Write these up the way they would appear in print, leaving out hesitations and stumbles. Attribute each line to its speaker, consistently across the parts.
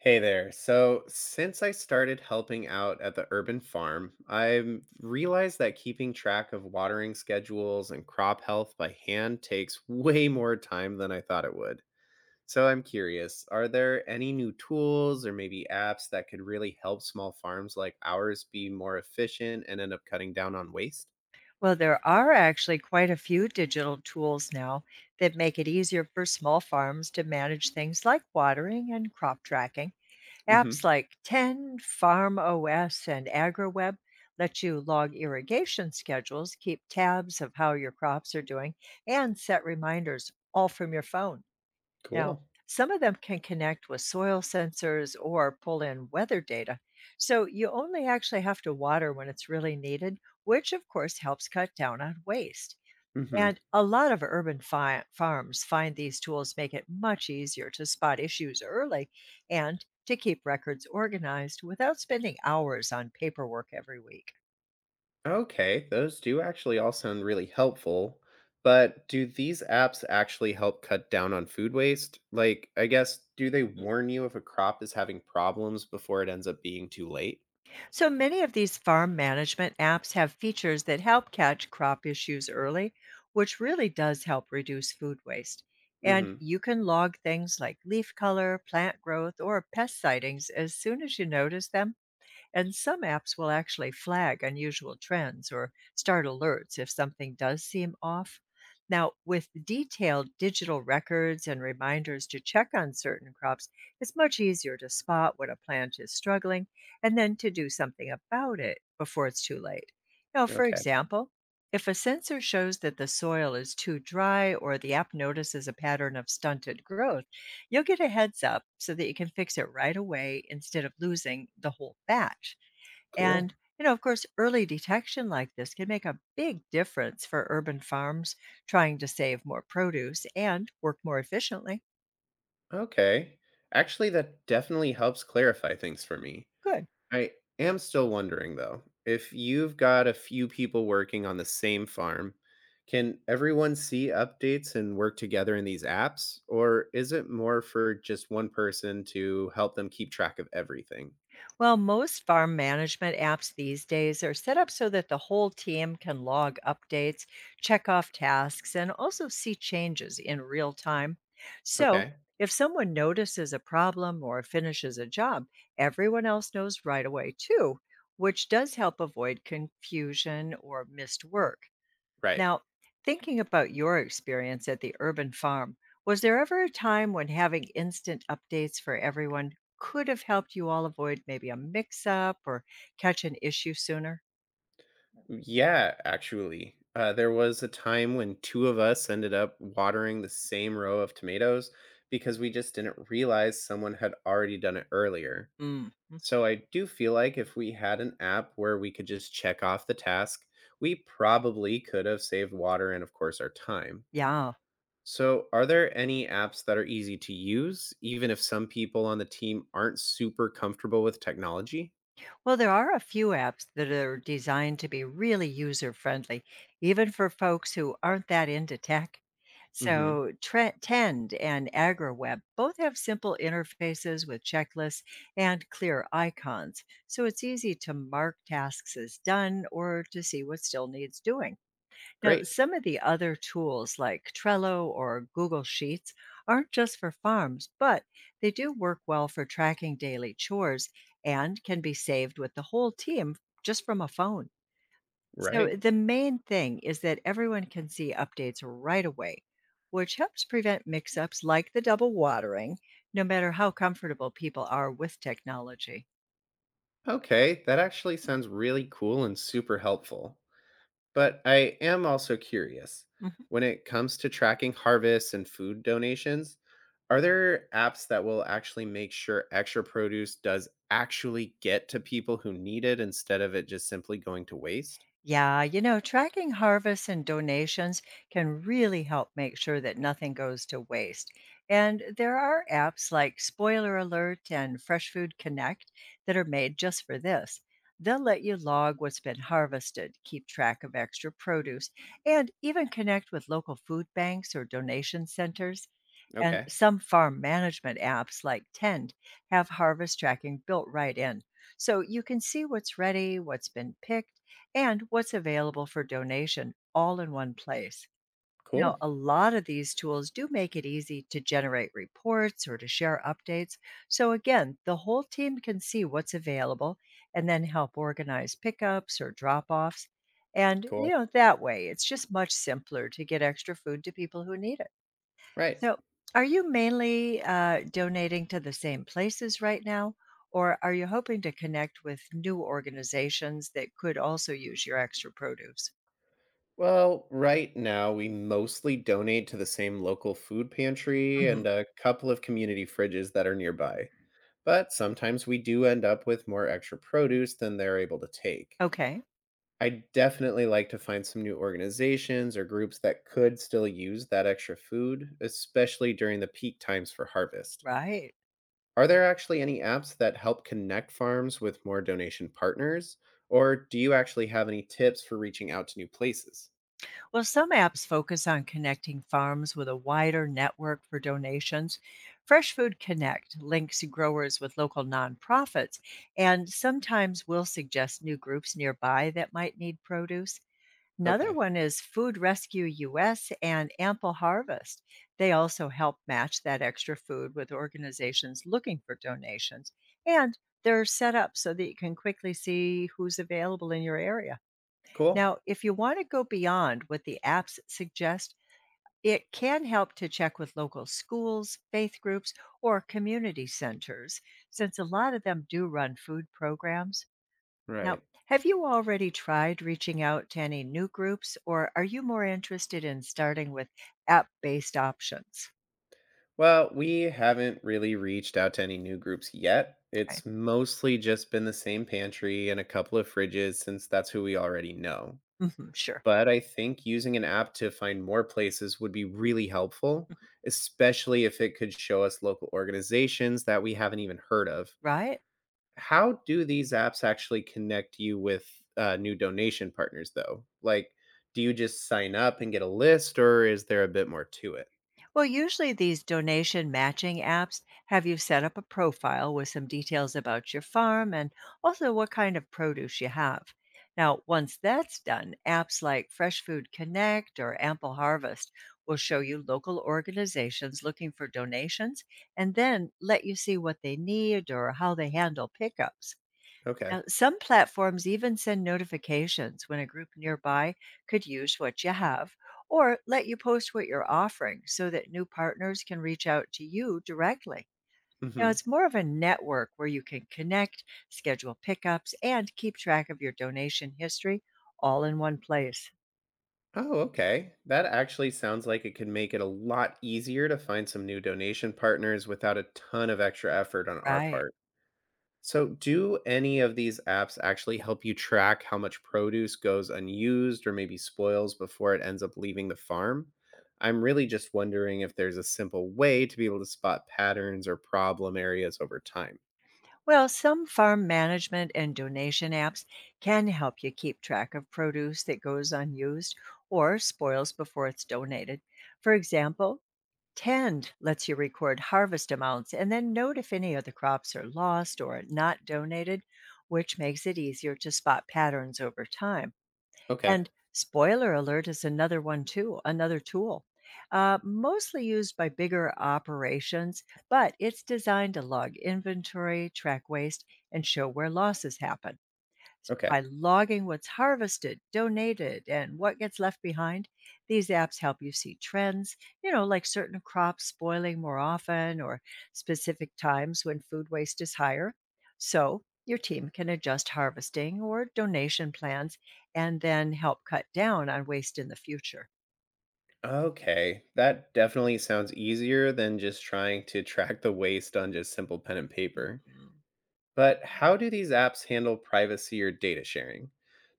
Speaker 1: Hey there. So, since I started helping out at the urban farm, I've realized that keeping track of watering schedules and crop health by hand takes way more time than I thought it would. So, I'm curious are there any new tools or maybe apps that could really help small farms like ours be more efficient and end up cutting down on waste?
Speaker 2: Well, there are actually quite a few digital tools now that make it easier for small farms to manage things like watering and crop tracking.
Speaker 1: Mm hmm.
Speaker 2: Apps like 10, Farm OS, and AgriWeb let you log irrigation schedules, keep tabs of how your crops are doing, and set reminders all from your phone. Now,
Speaker 1: Cool.
Speaker 2: some of them can connect with soil sensors or pull in weather data. So you only actually have to water when it's really needed, which of course helps cut down on waste.
Speaker 1: Mm hmm.
Speaker 2: And a lot of urban farms find these tools make it much easier to spot issues early and to keep records organized without spending hours on paperwork every week.
Speaker 1: Okay, those do actually all sound really helpful. But do these apps actually help cut down on food waste? Like, I guess, do they warn you if a crop is having problems before it ends up being too late?
Speaker 2: So many of these farm management apps have features that help catch crop issues early, which really does help reduce food waste. And
Speaker 1: Mm
Speaker 2: you can log things like leaf color, plant growth, or pest sightings as soon as you notice them, and some apps will actually flag unusual trends or start alerts if something does seem off. Now, with detailed digital records and reminders to check on certain crops, it's much easier to spot when a plant is struggling and then to do something about it before it's too late. Now,
Speaker 1: hmm.
Speaker 2: for
Speaker 1: Okay,
Speaker 2: example, if a sensor shows that the soil is too dry or the app notices a pattern of stunted growth, you'll get a heads up so that you can fix it right away instead of losing the whole batch.
Speaker 1: cool.
Speaker 2: And, you know, of course, early detection like this can make a big difference for urban farms trying to save more produce and work more efficiently.
Speaker 1: Okay. Actually, that definitely helps clarify things for me.
Speaker 2: Good.
Speaker 1: I am still wondering though, if you've got a few people working on the same farm, can everyone see updates and work together in these apps? Or is it more for just one person to help them keep track of everything?
Speaker 2: Well, most farm management apps these days are set up so that the whole team can log updates, check off tasks, and also see changes in real time. So,
Speaker 1: Okay,
Speaker 2: if someone notices a problem or finishes a job, everyone else knows right away too, which does help avoid confusion or missed work.
Speaker 1: right.
Speaker 2: Now, thinking about your experience at the urban farm, was there ever a time when having instant updates for everyone could have helped you all avoid maybe a mix up or catch an issue sooner?
Speaker 1: Yeah, actually. There was a time when two of us ended up watering the same row of tomatoes because we just didn't realize someone had already done it earlier.
Speaker 2: Mm.
Speaker 1: So I do feel like if we had an app where we could just check off the task, we probably could have saved water and, of course, our time.
Speaker 2: Yeah.
Speaker 1: So, are there any apps that are easy to use, even if some people on the team aren't super comfortable with technology?
Speaker 2: Well, there are a few apps that are designed to be really user friendly, even for folks who aren't that into tech.
Speaker 1: Hmm.
Speaker 2: So, Tend and AgriWeb both have simple interfaces with checklists and clear icons. So, it's easy to mark tasks as done or to see what still needs doing. Now,
Speaker 1: Great.
Speaker 2: some of the other tools like Trello or Google Sheets aren't just for farms, but they do work well for tracking daily chores and can be saved with the whole team just from a phone. So,
Speaker 1: Right.
Speaker 2: the main thing is that everyone can see updates right away, which helps prevent mix ups like the double watering, no matter how comfortable people are with technology.
Speaker 1: Okay. That actually sounds really cool and super helpful. But I am also curious
Speaker 2: Mhm.
Speaker 1: when it comes to tracking harvests and food donations, are there apps that will actually make sure extra produce does actually get to people who need it instead of it just simply going to waste?
Speaker 2: Yeah, you know, tracking harvests and donations can really help make sure that nothing goes to waste. And there are apps like Spoiler Alert and Fresh Food Connect that are made just for this. They'll let you log what's been harvested, keep track of extra produce, and even connect with local food banks or donation centers. And
Speaker 1: Okay,
Speaker 2: some farm management apps like Tend have harvest tracking built right in. So you can see what's ready, what's been picked, and what's available for donation all in one place. Now,
Speaker 1: cool,
Speaker 2: a lot of these tools do make it easy to generate reports or to share updates. So, again, the whole team can see what's available and then help organize pickups or drop offs. And, you
Speaker 1: cool.
Speaker 2: know, that way it's just much simpler to get extra food to people who need it.
Speaker 1: Right.
Speaker 2: So, are you mainly donating to the same places right now, or are you hoping to connect with new organizations that could also use your extra produce?
Speaker 1: Well, right now we mostly donate to the same local food pantry
Speaker 2: Mhm.
Speaker 1: and a couple of community fridges that are nearby. But sometimes we do end up with more extra produce than they're able to take.
Speaker 2: Okay,
Speaker 1: I definitely like to find some new organizations or groups that could still use that extra food, especially during the peak times for harvest.
Speaker 2: right.
Speaker 1: Are there actually any apps that help connect farms with more donation partners? Or do you actually have any tips for reaching out to new places?
Speaker 2: Well, some apps focus on connecting farms with a wider network for donations. Fresh Food Connect links growers with local nonprofits and sometimes will suggest new groups nearby that might need produce. Another
Speaker 1: Okay,
Speaker 2: one is Food Rescue US and Ample Harvest. They also help match that extra food with organizations looking for donations, and they're set up so that you can quickly see who's available in your area.
Speaker 1: cool.
Speaker 2: Now, if you want to go beyond what the apps suggest, it can help to check with local schools, faith groups, or community centers, since a lot of them do run food programs. Now,
Speaker 1: Right.
Speaker 2: have you already tried reaching out to any new groups, or are you more interested in starting with app-based options?
Speaker 1: Well, we haven't really reached out to any new groups yet.
Speaker 2: Okay.
Speaker 1: It's mostly just been the same pantry and a couple of fridges since that's who we already know.
Speaker 2: Mhm, sure.
Speaker 1: But I think using an app to find more places would be really helpful,
Speaker 2: Mm-hmm.
Speaker 1: especially if it could show us local organizations that we haven't even heard of.
Speaker 2: Right?
Speaker 1: How do these apps actually connect you with new donation partners, though? Like, do you just sign up and get a list, or is there a bit more to it?
Speaker 2: Well, usually these donation matching apps have you set up a profile with some details about your farm and also what kind of produce you have. Now, once that's done, apps like Fresh Food Connect or Ample Harvest will show you local organizations looking for donations and then let you see what they need or how they handle pickups.
Speaker 1: Okay.
Speaker 2: Now, some platforms even send notifications when a group nearby could use what you have, or let you post what you're offering so that new partners can reach out to you directly. Now,
Speaker 1: Hmm.
Speaker 2: it's more of a network where you can connect, schedule pickups, and keep track of your donation history all in one place.
Speaker 1: Oh, okay. That actually sounds like it could make it a lot easier to find some new donation partners without a ton of extra effort on our
Speaker 2: Right.
Speaker 1: part. So, do any of these apps actually help you track how much produce goes unused or maybe spoils before it ends up leaving the farm? I'm really just wondering if there's a simple way to be able to spot patterns or problem areas over time.
Speaker 2: Well, some farm management and donation apps can help you keep track of produce that goes unused or spoils before it's donated. For example, Tend lets you record harvest amounts and then note if any other crops are lost or not donated, which makes it easier to spot patterns over time.
Speaker 1: Okay.
Speaker 2: And spoiler alert is another one too, another tool. Mostly used by bigger operations, but it's designed to log inventory, track waste, and show where losses happen.
Speaker 1: Okay.
Speaker 2: By logging what's harvested, donated, and what gets left behind, these apps help you see trends, you know, like certain crops spoiling more often or specific times when food waste is higher. So your team can adjust harvesting or donation plans and then help cut down on waste in the future.
Speaker 1: Okay. That definitely sounds easier than just trying to track the waste on just simple pen and paper. But how do these apps handle privacy or data sharing?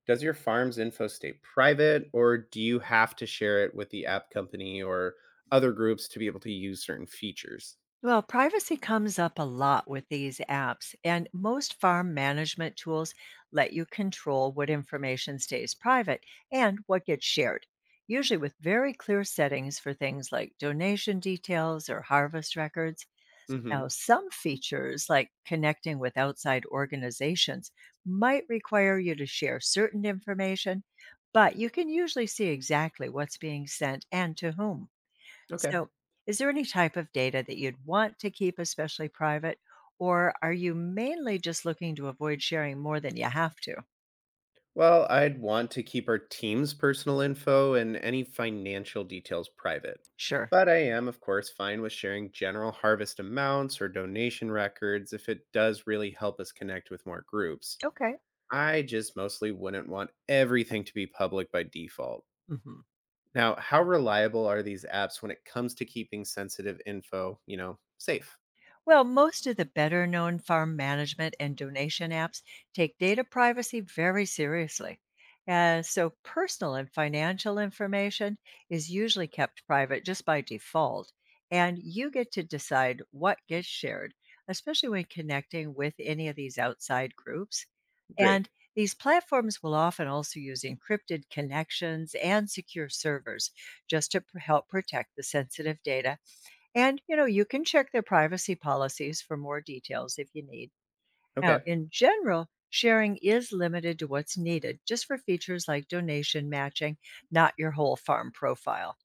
Speaker 1: Does your farm's info stay private, or do you have to share it with the app company or other groups to be able to use certain features?
Speaker 2: Well, privacy comes up a lot with these apps, and most farm management tools let you control what information stays private and what gets shared, usually with very clear settings for things like donation details or harvest records.
Speaker 1: Hmm.
Speaker 2: Now, some features, like connecting with outside organizations, might require you to share certain information, but you can usually see exactly what's being sent and to whom.
Speaker 1: Okay.
Speaker 2: So, is there any type of data that you'd want to keep especially private, or are you mainly just looking to avoid sharing more than you have to?
Speaker 1: Well, I'd want to keep our team's personal info and any financial details private.
Speaker 2: Sure.
Speaker 1: But I am, of course, fine with sharing general harvest amounts or donation records if it does really help us connect with more groups.
Speaker 2: Okay.
Speaker 1: I just mostly wouldn't want everything to be public by default.
Speaker 2: Mhm.
Speaker 1: Now, how reliable are these apps when it comes to keeping sensitive info safe?
Speaker 2: Well, most of the better known farm management and donation apps take data privacy very seriously. And so personal and financial information is usually kept private just by default. And you get to decide what gets shared, especially when connecting with any of these outside groups.
Speaker 1: Great.
Speaker 2: And these platforms will often also use encrypted connections and secure servers just to help protect the sensitive data, and, you know, you can check their privacy policies for more details if you need. Now,
Speaker 1: Okay.
Speaker 2: in general, sharing is limited to what's needed, just for features like donation matching, not your whole farm profile.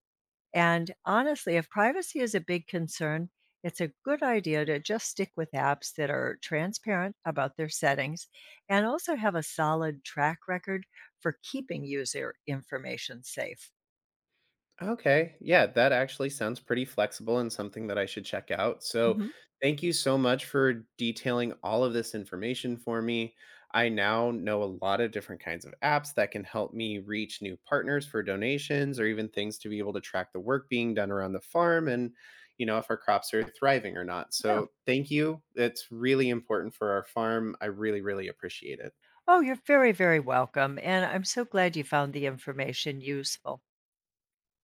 Speaker 2: And honestly, if privacy is a big concern, it's a good idea to just stick with apps that are transparent about their settings and also have a solid track record for keeping user information safe.
Speaker 1: Okay. Yeah, that actually sounds pretty flexible and something that I should check out. So,
Speaker 2: Hmm.
Speaker 1: thank you so much for detailing all of this information for me. I now know a lot of different kinds of apps that can help me reach new partners for donations or even things to be able to track the work being done around the farm and if our crops are thriving or not.
Speaker 2: Yeah.
Speaker 1: So, thank you. It's really important for our farm. I really, really appreciate it.
Speaker 2: Oh, you're very, very welcome. And I'm so glad you found the information useful.